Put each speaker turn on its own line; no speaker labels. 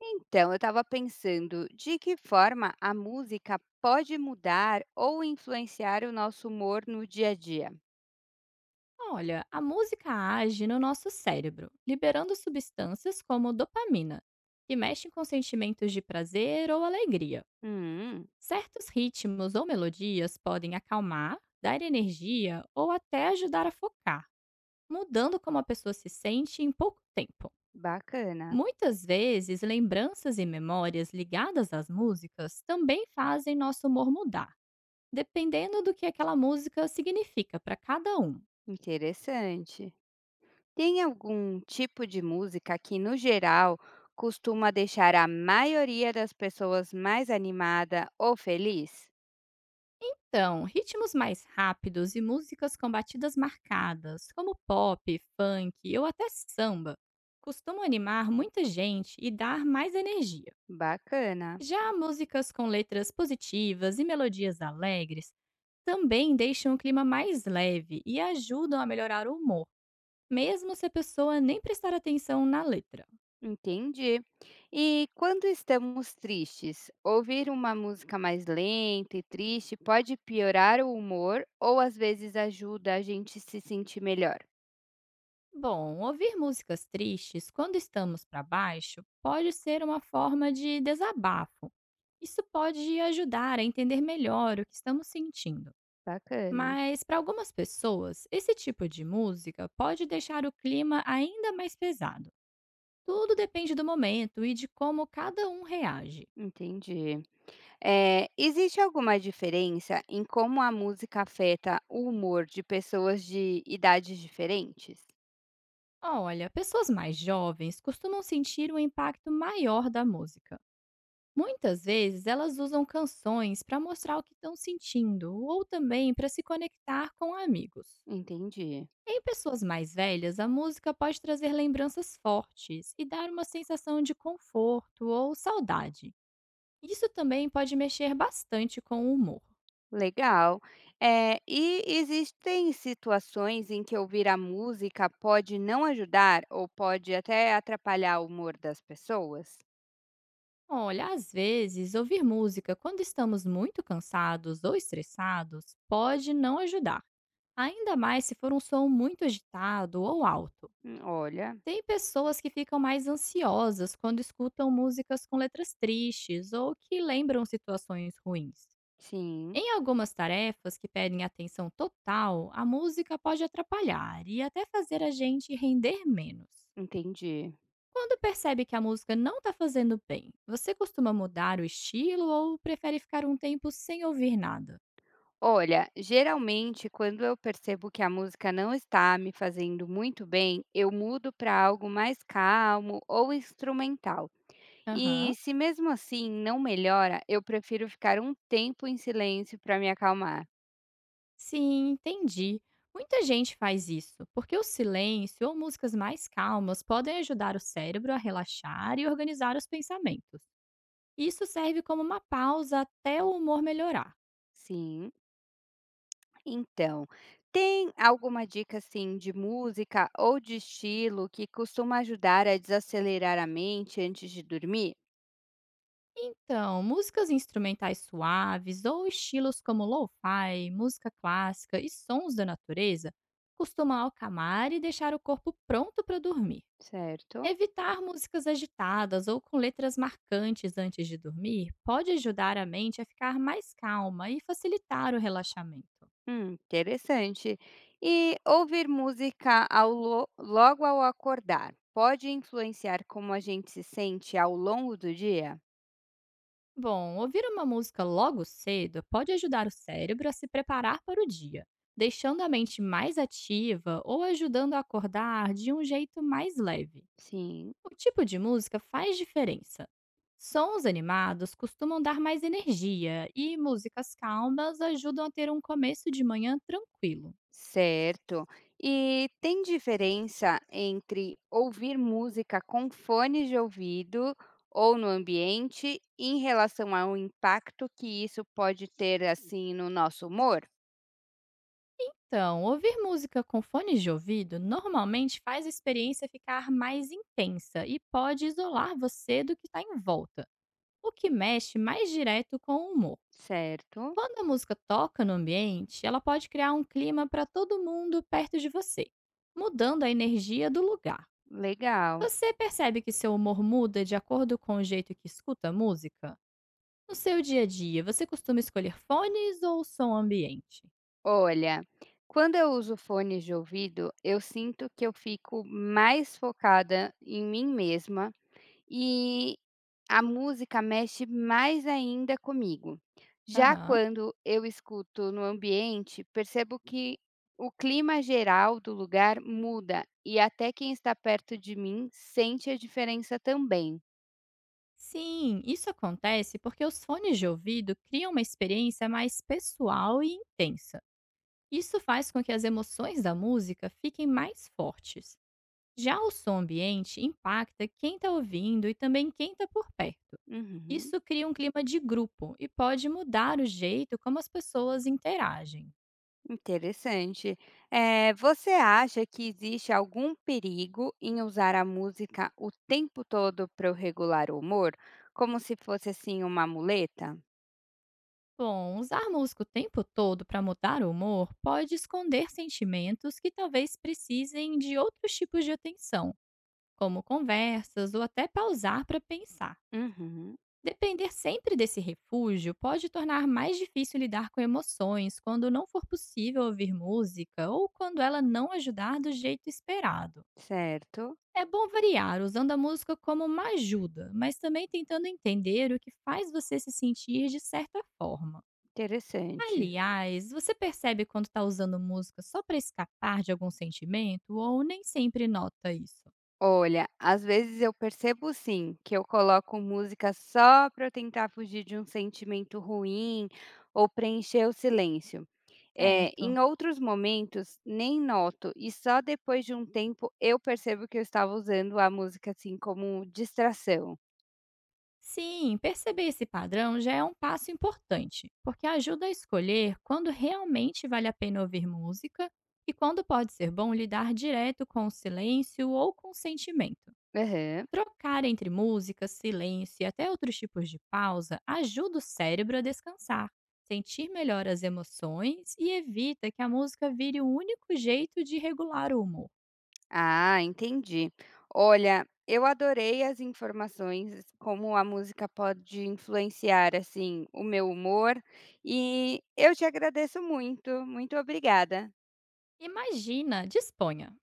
Então, eu estava pensando de que forma a música pode mudar ou influenciar o nosso humor no dia a dia.
Olha, a música age no nosso cérebro, liberando substâncias como dopamina, que mexem com sentimentos de prazer ou alegria.
Hum,
Certos ritmos ou melodias podem acalmar, dar energia ou até ajudar a focar, mudando como a pessoa se sente em pouco tempo.
bacana,
Muitas vezes, lembranças e memórias ligadas às músicas também fazem nosso humor mudar, dependendo do que aquela música significa para cada um.
interessante. Tem algum tipo de música que, no geral, costuma deixar a maioria das pessoas mais animada ou feliz?
Então, ritmos mais rápidos e músicas com batidas marcadas, como pop, funk ou até samba, costumam animar muita gente e dar mais energia.
Bacana.
Já músicas com letras positivas e melodias alegres também deixam o clima mais leve e ajudam a melhorar o humor, mesmo se a pessoa nem prestar atenção na letra.
Entendi. E quando estamos tristes, ouvir uma música mais lenta e triste pode piorar o humor ou às vezes ajuda a gente se sentir melhor?
Bom, ouvir músicas tristes quando estamos para baixo pode ser uma forma de desabafo. Isso pode ajudar a entender melhor o que estamos sentindo.
Bacana,
Mas para algumas pessoas, esse tipo de música pode deixar o clima ainda mais pesado. Tudo depende do momento e de como cada um reage.
entendi. É, existe alguma diferença em como a música afeta o humor de pessoas de idades diferentes?
Olha, pessoas mais jovens costumam sentir um impacto maior da música. Muitas vezes elas usam canções para mostrar o que estão sentindo ou também para se conectar com amigos.
Entendi.
Em pessoas mais velhas, a música pode trazer lembranças fortes e dar uma sensação de conforto ou saudade. Isso também pode mexer bastante com o humor.
Legal. É. E existem situações em que ouvir a música pode não ajudar ou pode até atrapalhar o humor das pessoas?
Olha, às vezes, ouvir música quando estamos muito cansados ou estressados pode não ajudar, ainda mais se for um som muito agitado ou alto.
Olha,
Tem pessoas que ficam mais ansiosas quando escutam músicas com letras tristes ou que lembram situações ruins.
sim,
Em algumas tarefas que pedem atenção total, a música pode atrapalhar e até fazer a gente render menos.
entendi.
Quando percebe que a música não está fazendo bem, você costuma mudar o estilo ou prefere ficar um tempo sem ouvir nada?
Olha, geralmente quando eu percebo que a música não está me fazendo muito bem, eu mudo para algo mais calmo ou instrumental. E
Aham.
se mesmo assim não melhora, eu prefiro ficar um tempo em silêncio para me acalmar.
Sim, entendi. Muita gente faz isso, porque o silêncio ou músicas mais calmas podem ajudar o cérebro a relaxar e organizar os pensamentos. Isso serve como uma pausa até o humor melhorar.
Sim. Então, tem alguma dica assim de música ou de estilo que costuma ajudar a desacelerar a mente antes de dormir?
Então, músicas instrumentais suaves ou estilos como lo-fi, música clássica e sons da natureza costumam acalmar e deixar o corpo pronto para dormir.
Certo?
Evitar músicas agitadas ou com letras marcantes antes de dormir pode ajudar a mente a ficar mais calma e facilitar o relaxamento.
Interessante. E ouvir música ao logo ao acordar pode influenciar como a gente se sente ao longo do dia?
Bom, ouvir uma música logo cedo pode ajudar o cérebro a se preparar para o dia, deixando a mente mais ativa ou ajudando a acordar de um jeito mais leve.
Sim.
O tipo de música faz diferença. Sons animados costumam dar mais energia e músicas calmas ajudam a ter um começo de manhã tranquilo.
Certo. E tem diferença entre ouvir música com fones de ouvido ou no ambiente em relação ao impacto que isso pode ter assim no nosso humor?
Então, ouvir música com fones de ouvido normalmente faz a experiência ficar mais intensa e pode isolar você do que está em volta, o que mexe mais direto com o humor.
Certo,
Quando a música toca no ambiente, ela pode criar um clima para todo mundo perto de você, mudando a energia do lugar.
legal.
Você percebe que seu humor muda de acordo com o jeito que escuta a música? No seu dia a dia, você costuma escolher fones ou som ambiente?
Olha, quando eu uso fones de ouvido, eu sinto que eu fico mais focada em mim mesma. E a música mexe mais ainda comigo. Já
Aham.
quando eu escuto no ambiente, percebo que o clima geral do lugar muda e até quem está perto de mim sente a diferença também.
Sim, isso acontece porque os fones de ouvido criam uma experiência mais pessoal e intensa. Isso faz com que as emoções da música fiquem mais fortes. Já o som ambiente impacta quem está ouvindo e também quem está por perto.
Uhum,
Isso cria um clima de grupo e pode mudar o jeito como as pessoas interagem.
interessante. Você acha que existe algum perigo em usar a música o tempo todo para eu regular o humor? Como se fosse assim uma muleta?
Bom, usar música o tempo todo para mudar o humor pode esconder sentimentos que talvez precisem de outros tipos de atenção, como conversas ou até pausar para pensar.
Uhum,
Depender sempre desse refúgio pode tornar mais difícil lidar com emoções quando não for possível ouvir música ou quando ela não ajudar do jeito esperado.
certo.
É bom variar, usando a música como uma ajuda, mas também tentando entender o que faz você se sentir de certa forma.
Interessante.
Aliás, você percebe quando está usando música só para escapar de algum sentimento ou nem sempre nota isso?
Olha, às vezes eu percebo sim que eu coloco música só para eu tentar fugir de um sentimento ruim ou preencher o silêncio. É, em
Certo.
outros momentos, nem noto, e só depois de um tempo eu percebo que eu estava usando a música assim como distração.
Sim, perceber esse padrão já é um passo importante, porque ajuda a escolher quando realmente vale a pena ouvir música e quando pode ser bom lidar direto com o silêncio ou com o sentimento.
Aham.
Trocar entre música, silêncio e até outros tipos de pausa ajuda o cérebro a descansar, sentir melhor as emoções e evita que a música vire o único jeito de regular o humor.
Ah, entendi. Olha, eu adorei as informações, como a música pode influenciar, assim, o meu humor, e eu te agradeço muito. Muito obrigada.
Imagina, disponha.